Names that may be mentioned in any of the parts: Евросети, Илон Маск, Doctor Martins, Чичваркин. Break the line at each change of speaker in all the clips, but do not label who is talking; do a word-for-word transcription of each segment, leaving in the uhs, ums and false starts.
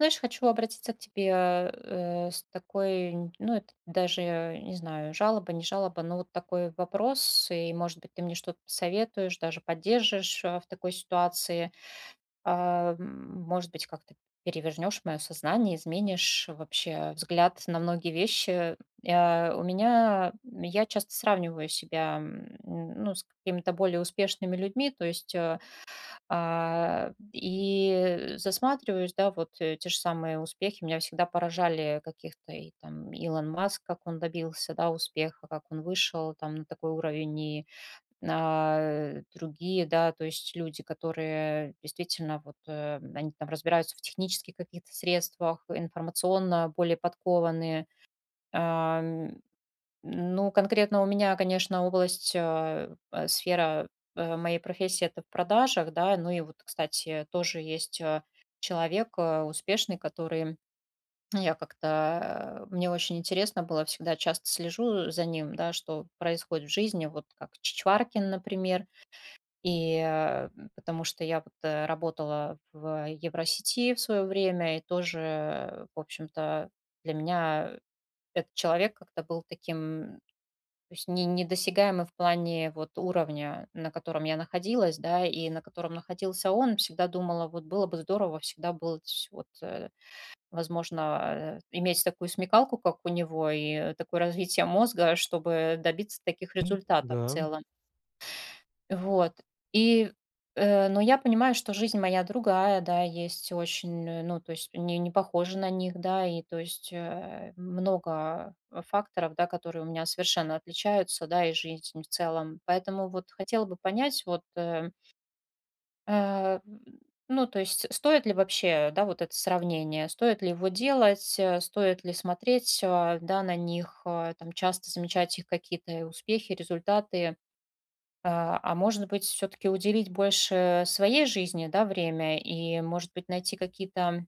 Знаешь, хочу обратиться к тебе э, с такой, н- ну, это даже, не знаю, жалоба, не жалоба, но вот такой вопрос, и, может быть, ты мне что-то посоветуешь, даже поддержишь э, в такой ситуации. А, м, Может быть, как-то перевернешь мое сознание, изменишь вообще взгляд на многие вещи. Э, У меня, я часто сравниваю себя, м, ну, с какими-то более успешными людьми, то есть э, а, и засматриваюсь, да, вот э, те же самые успехи. Меня всегда поражали каких-то и там Илон Маск, как он добился, да, успеха, как он вышел там на такой уровень, и а, другие, да, то есть люди, которые действительно вот, э, они там разбираются в технических каких-то средствах, информационно более подкованные. Ну, конкретно у меня, конечно, область, э, э, сфера, э, моей профессии — это в продажах, да. Ну и вот, кстати, тоже есть, э, человек, э, успешный, который, ну, я как-то, э, мне очень интересно было, всегда часто слежу за ним, да, что происходит в жизни, вот как Чичваркин, например. И, э, потому что я вот, э, работала в Евросети в свое время и тоже, э, в общем-то, для меня этот человек как-то был таким, то есть не недосягаемый в плане вот уровня, на котором я находилась, да, и на котором находился он. Всегда думала, вот было бы здорово, всегда было ть вот, э, возможно, э, иметь такую смекалку, как у него, и такое развитие мозга, чтобы добиться таких результатов в
Да,
целом. Вот. И, э, но я понимаю, что жизнь моя другая, да, есть очень, э, ну, то есть не, не похожа на них, да, и то есть э, много э, факторов, да, которые у меня совершенно отличаются, да, и жизнь в целом. Поэтому вот хотела бы понять, вот, э, э, ну, то есть стоит ли вообще, да, вот это сравнение, стоит ли его делать, э, стоит ли смотреть, э, да, на них, э, там, часто замечать их какие-то успехи, результаты, а а может быть, все таки уделить больше своей жизни, да, время, и, может быть, найти какие-то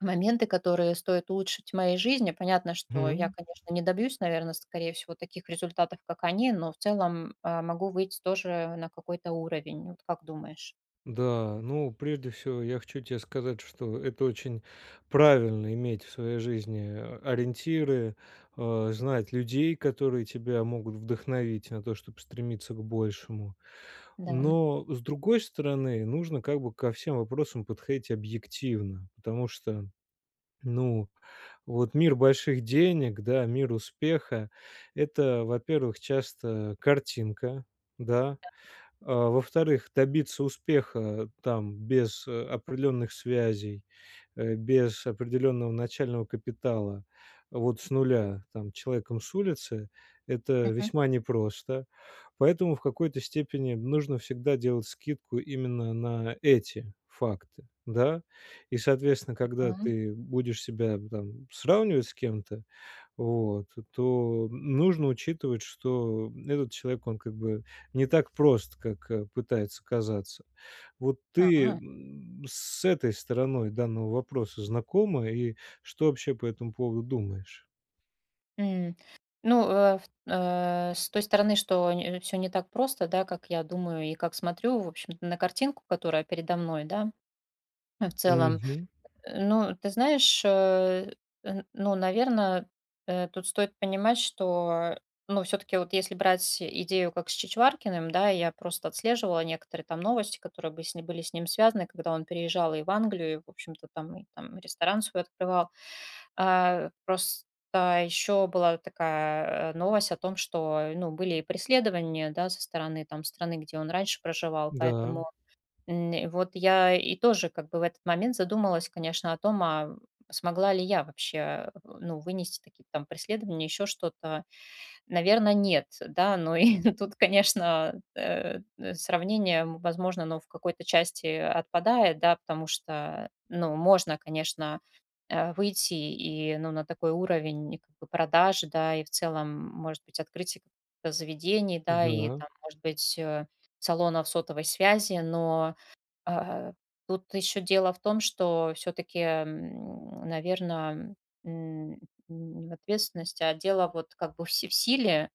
моменты, которые стоит улучшить в моей жизни. Понятно, что я,
мгм.
конечно, не добьюсь, наверное, скорее всего, таких результатов, как они, но в целом, а, могу выйти тоже на какой-то уровень. Вот как думаешь?
Да, ну, прежде всего, я хочу тебе сказать, что это очень правильно иметь в своей жизни э, ориентиры, э, знать людей, которые тебя могут вдохновить на то, чтобы стремиться к большему.
Да.
Но, с другой стороны, нужно как бы ко всем вопросам подходить объективно, потому что, ну, вот мир больших денег, да, мир успеха, это, во-первых, часто картинка, да. А, во-вторых, добиться успеха там без, э, определенных связей, э, без определенного начального капитала, вот с нуля, там, человеком с улицы — это
Мгм.
весьма непросто. Поэтому в какой-то степени нужно всегда делать скидку именно на эти факты, да. И, соответственно,
А,
когда ты будешь себя там сравнивать с кем-то, вот, то нужно учитывать, что этот человек, он как бы не так прост, как, э, пытается казаться. Вот ты,
ага.
м, с этой стороной данного вопроса знакома, и что вообще по этому поводу думаешь?
М. Ну, э, ф э, с той стороны, что все не так просто, да, как я думаю и как смотрю, в общем-то, на картинку, которая передо мной, да, в целом.
Мгм.
Э, ну, ты знаешь, э, н ну, наверное, тут стоит понимать, что, ну, все таки вот если брать идею, как с Чичваркиным, да, я просто отслеживала некоторые там новости, которые бы с ним были с ним связаны, когда он переезжал и в Англию, и, в общем-то, там и там ресторан свой открывал. А, просто еще была такая, э, новость о том, что, ну, были и преследования, да, со стороны там страны, где он раньше проживал.
Да,
Поэтому М, и вот я и тоже как бы в этот момент задумалась, конечно, о том, а смогла ли я вообще, э, ну, вынести такие там преследования, еще что-то. Наверное, нет, да, но и тут, конечно, э, э, сравнение, м, возможно, но в какой-то части отпадает, да, потому что, ну, можно, конечно, э, выйти и, ну, на такой уровень как бы продаж, да, и в целом, может быть, открытие каких-то заведений, да, и
да.
там, может быть, э, салонов сотовой связи, но а, тут еще дело в том, что все-таки, наверное, не в ответственности, а дело вот как бы в си- в силе,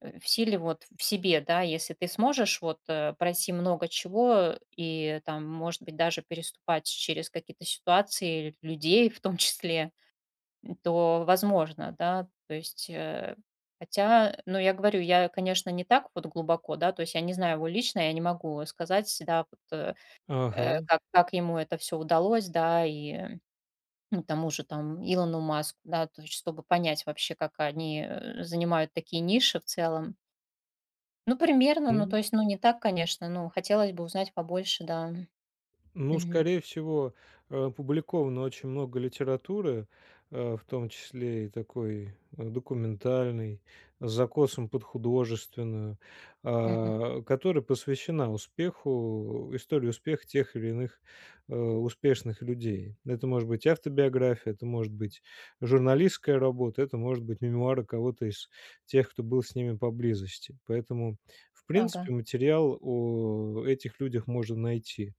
э, в силе вот в себе, да, если ты сможешь вот э, пройти много чего и там, может быть, даже переступать через какие-то ситуации, людей в том числе, то возможно, да, то есть э, Хотя, ну, я говорю, я, конечно, не так вот глубоко, да, то есть я не знаю его лично, я не могу сказать, да, вот, э,
Ага.
э, как как ему это все удалось, да, и, э, ну, тому же там Илону Маску, да, то есть чтобы понять вообще, как они, э, занимают такие ниши в целом. Ну, примерно, ну, то есть, ну, не так, конечно, ну, хотелось бы узнать побольше, да.
Ну,
Мгм,
скорее всего, э, опубликовано очень много литературы, э, в том числе и такой э, документальной, с закосом под художественную,
мгм,
а, которая посвящена успеху, истории успеха тех или иных э, успешных людей. Это может быть автобиография, это может быть журналистская работа, это может быть мемуары кого-то из тех, кто был с ними поблизости. Поэтому, в
ага.
принципе, материал о этих людях можно найти.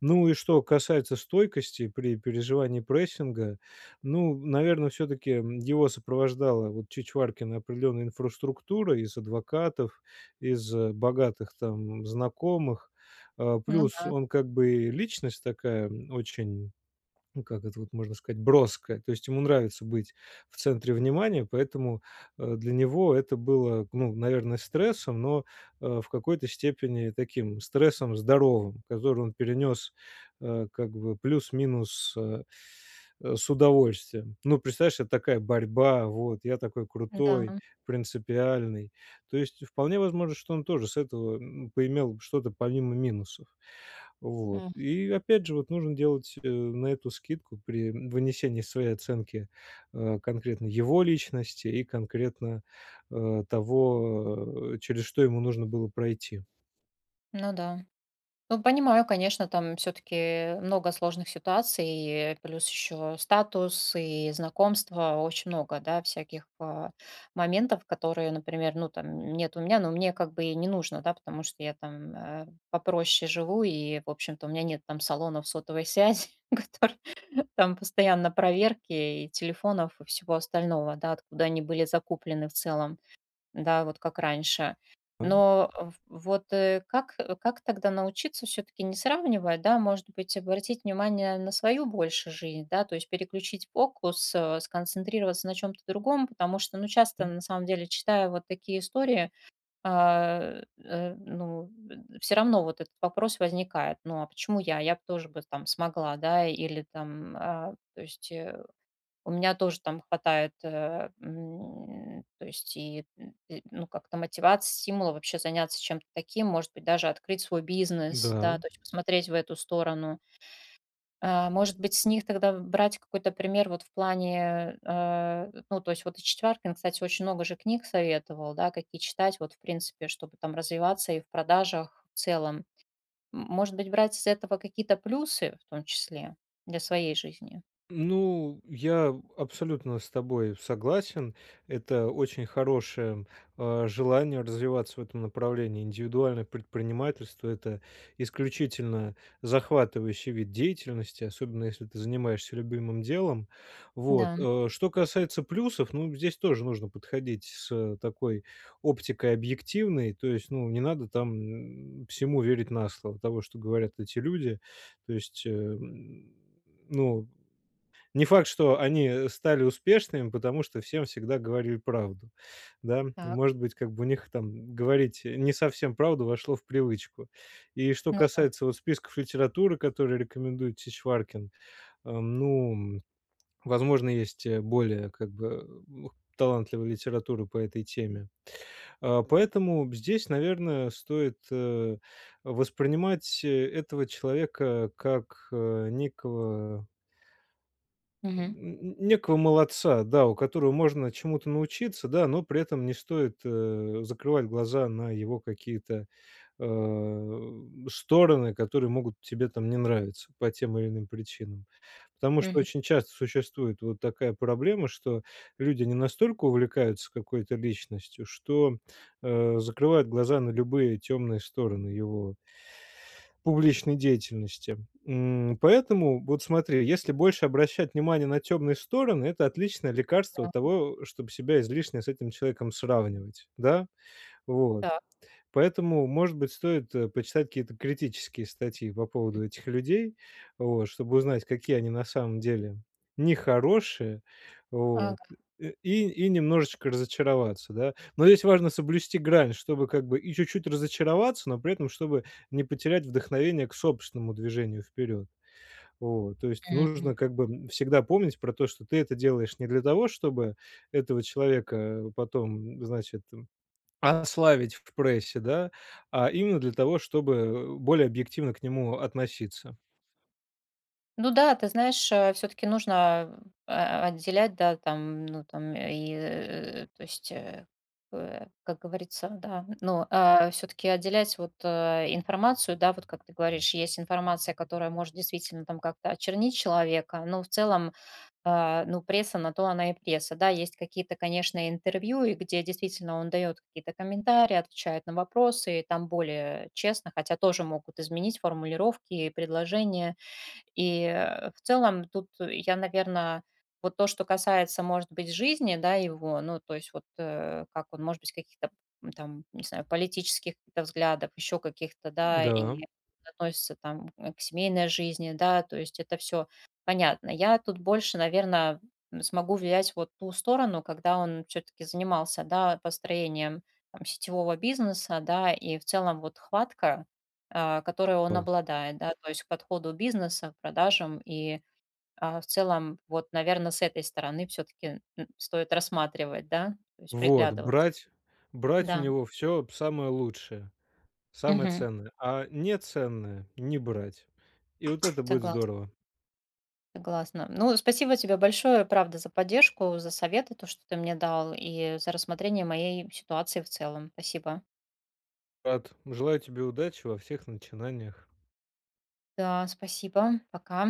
Ну и что касается стойкости при переживании прессинга, ну, наверное, все таки его сопровождала вот Чичваркина определенная инфраструктура из адвокатов, из, э, богатых там знакомых. А,
Ну
плюс
да,
он как бы и личность такая, м, очень, ну, как это вот можно сказать, броская. То есть ему нравится быть в центре внимания, поэтому, э, для него это было, ну, наверное, стрессом, но, э, в какой-то степени таким стрессом здоровым, который он перенес, э, как бы плюс-минус, э, э, с удовольствием. Ну, представляешь, это такая борьба, вот: "Я такой крутой,
да,
принципиальный". То есть вполне возможно, что он тоже с этого, м, поимел что-то помимо минусов. Вот.
м,
И опять же, вот нужно делать, э, на эту скидку при вынесении своей оценки, э, конкретно его личности и конкретно, э, того, э, через что ему нужно было пройти.
ну да. Ну, понимаю, конечно, там все-таки много сложных ситуаций, плюс еще статус и знакомства, очень много, да, всяких а, моментов, которые, например, ну, там, нет у меня, но мне как бы и не нужно, да, потому что я там э, попроще живу, и, в общем-то, у меня нет там салонов сотовой связи, которые там постоянно проверки и телефонов и всего остального, да, откуда они были закуплены в целом, да, вот как раньше.
Да.
Но э, в- вот э, как, э, как тогда научиться все-таки не сравнивать, да, может быть, обратить внимание на свою больше жизнь, да, то есть переключить фокус, э, сконцентрироваться на чем-то другом, потому что, ну, часто, на самом деле, читая вот такие истории, а, э, ну, все равно вот этот вопрос возникает: ну, а почему я? Я бы тоже бы там смогла, да, или там, а, то есть э, у меня тоже там хватает, э, м, то есть, и, м, и, ну, как-то мотивации, стимула вообще заняться чем-то таким, может быть, даже открыть свой бизнес,
Да.
да, то есть посмотреть в эту сторону. А, Может быть, с них тогда брать какой-то пример вот в плане, э, ну, то есть вот и Четваркин, кстати, очень много же книг советовал, да, какие читать, вот, в принципе, чтобы там развиваться и в продажах в целом. М, Может быть, брать из этого какие-то плюсы в том числе для своей жизни.
Ну, я абсолютно с тобой согласен. Это очень хорошее э, желание развиваться в этом направлении. Индивидуальное предпринимательство — это исключительно захватывающий вид деятельности, особенно если ты занимаешься любимым делом. Вот.
Да,
Э, что касается плюсов, ну, здесь тоже нужно подходить с э, такой оптикой объективной, то есть, ну, не надо там м, всему верить на слово того, что говорят эти люди. То есть, э, м, ну, не факт, что они стали успешными, потому что всем всегда говорили правду, да. И,
так.
может быть, как бы у них там говорить не совсем правду вошло в привычку. И что
Ну, да.
касается вот списков литературы, которые рекомендует Чичваркин, эм, ну, возможно, есть, э, более как бы, м, талантливая литература по этой теме. А, поэтому здесь, наверное, стоит, э, воспринимать, э, этого человека как, э, некого
Мгм.
некого молодца, да, у которого можно чему-то научиться, да, но при этом не стоит, э, закрывать глаза на его какие-то, э, стороны, которые могут тебе там не нравиться по тем или иным причинам. Потому что
Мгм.
очень часто существует вот такая проблема, что люди не настолько увлекаются какой-то личностью, что, э, закрывают глаза на любые темные стороны его публичной деятельности. М, поэтому вот смотри, если больше обращать внимание на темные стороны, это отличное лекарство
Да,
от того, чтобы себя излишне с этим человеком сравнивать, да. Вот.
так.
Поэтому, может быть, стоит, э, почитать какие-то критические статьи по поводу этих людей, вот, чтобы узнать, какие они на самом деле нехорошие, вот,
Ага.
э, и и немножечко разочароваться, да. Но здесь важно соблюсти грань, чтобы как бы и чуть-чуть разочароваться, но при этом чтобы не потерять вдохновение к собственному движению вперед. Вот, то есть
Мгм.
нужно как бы, м, всегда помнить про то, что ты это делаешь не для того, чтобы этого человека потом, значит, ославить в прессе, да, а именно для того, чтобы, э, более объективно к нему относиться.
Ну да, ты знаешь, все таки нужно, э, отделять, да, там, ну, там, э, и, э, то есть, э, э, как говорится, да, ну, все таки отделять вот, э, информацию, да, вот как ты говоришь, есть информация, которая может действительно там как-то очернить человека, но в целом а, ну, пресса на то она и пресса, да. Есть какие-то, конечно, интервью, и где действительно он дает какие-то комментарии, отвечает на вопросы, и там более честно, хотя тоже могут изменить формулировки и предложения. И, э, в целом тут я, наверное, вот то, что касается, может быть, жизни, да, его, ну, то есть вот, э, как он, может быть, каких-то, м, там, не знаю, политических каких-то взглядов, еще каких-то, да,
Да.
и относится там, э, к семейной жизни, да, то есть это все понятно. Я тут больше, наверное, смогу влиять вот ту сторону, когда он все таки занимался, да, построением там сетевого бизнеса, да, и в целом вот хватка, а, которой он
Вот.
обладает, да, то есть к подходу бизнеса, к продажам. И а, в целом, вот, наверное, с этой стороны все-таки стоит рассматривать, да, то есть
Вот.
приглядываться.
Брать брать у
Да.
него все самое лучшее, самое
Мгм.
ценное, а неценное не брать. И вот это будет
Согласна,
здорово.
согласна. Ну, спасибо тебе большое, правда, за поддержку, за советы, то, что ты мне дал, и за рассмотрение моей ситуации в целом. Спасибо.
Рад. Желаю тебе удачи во всех начинаниях.
Да, спасибо. Пока.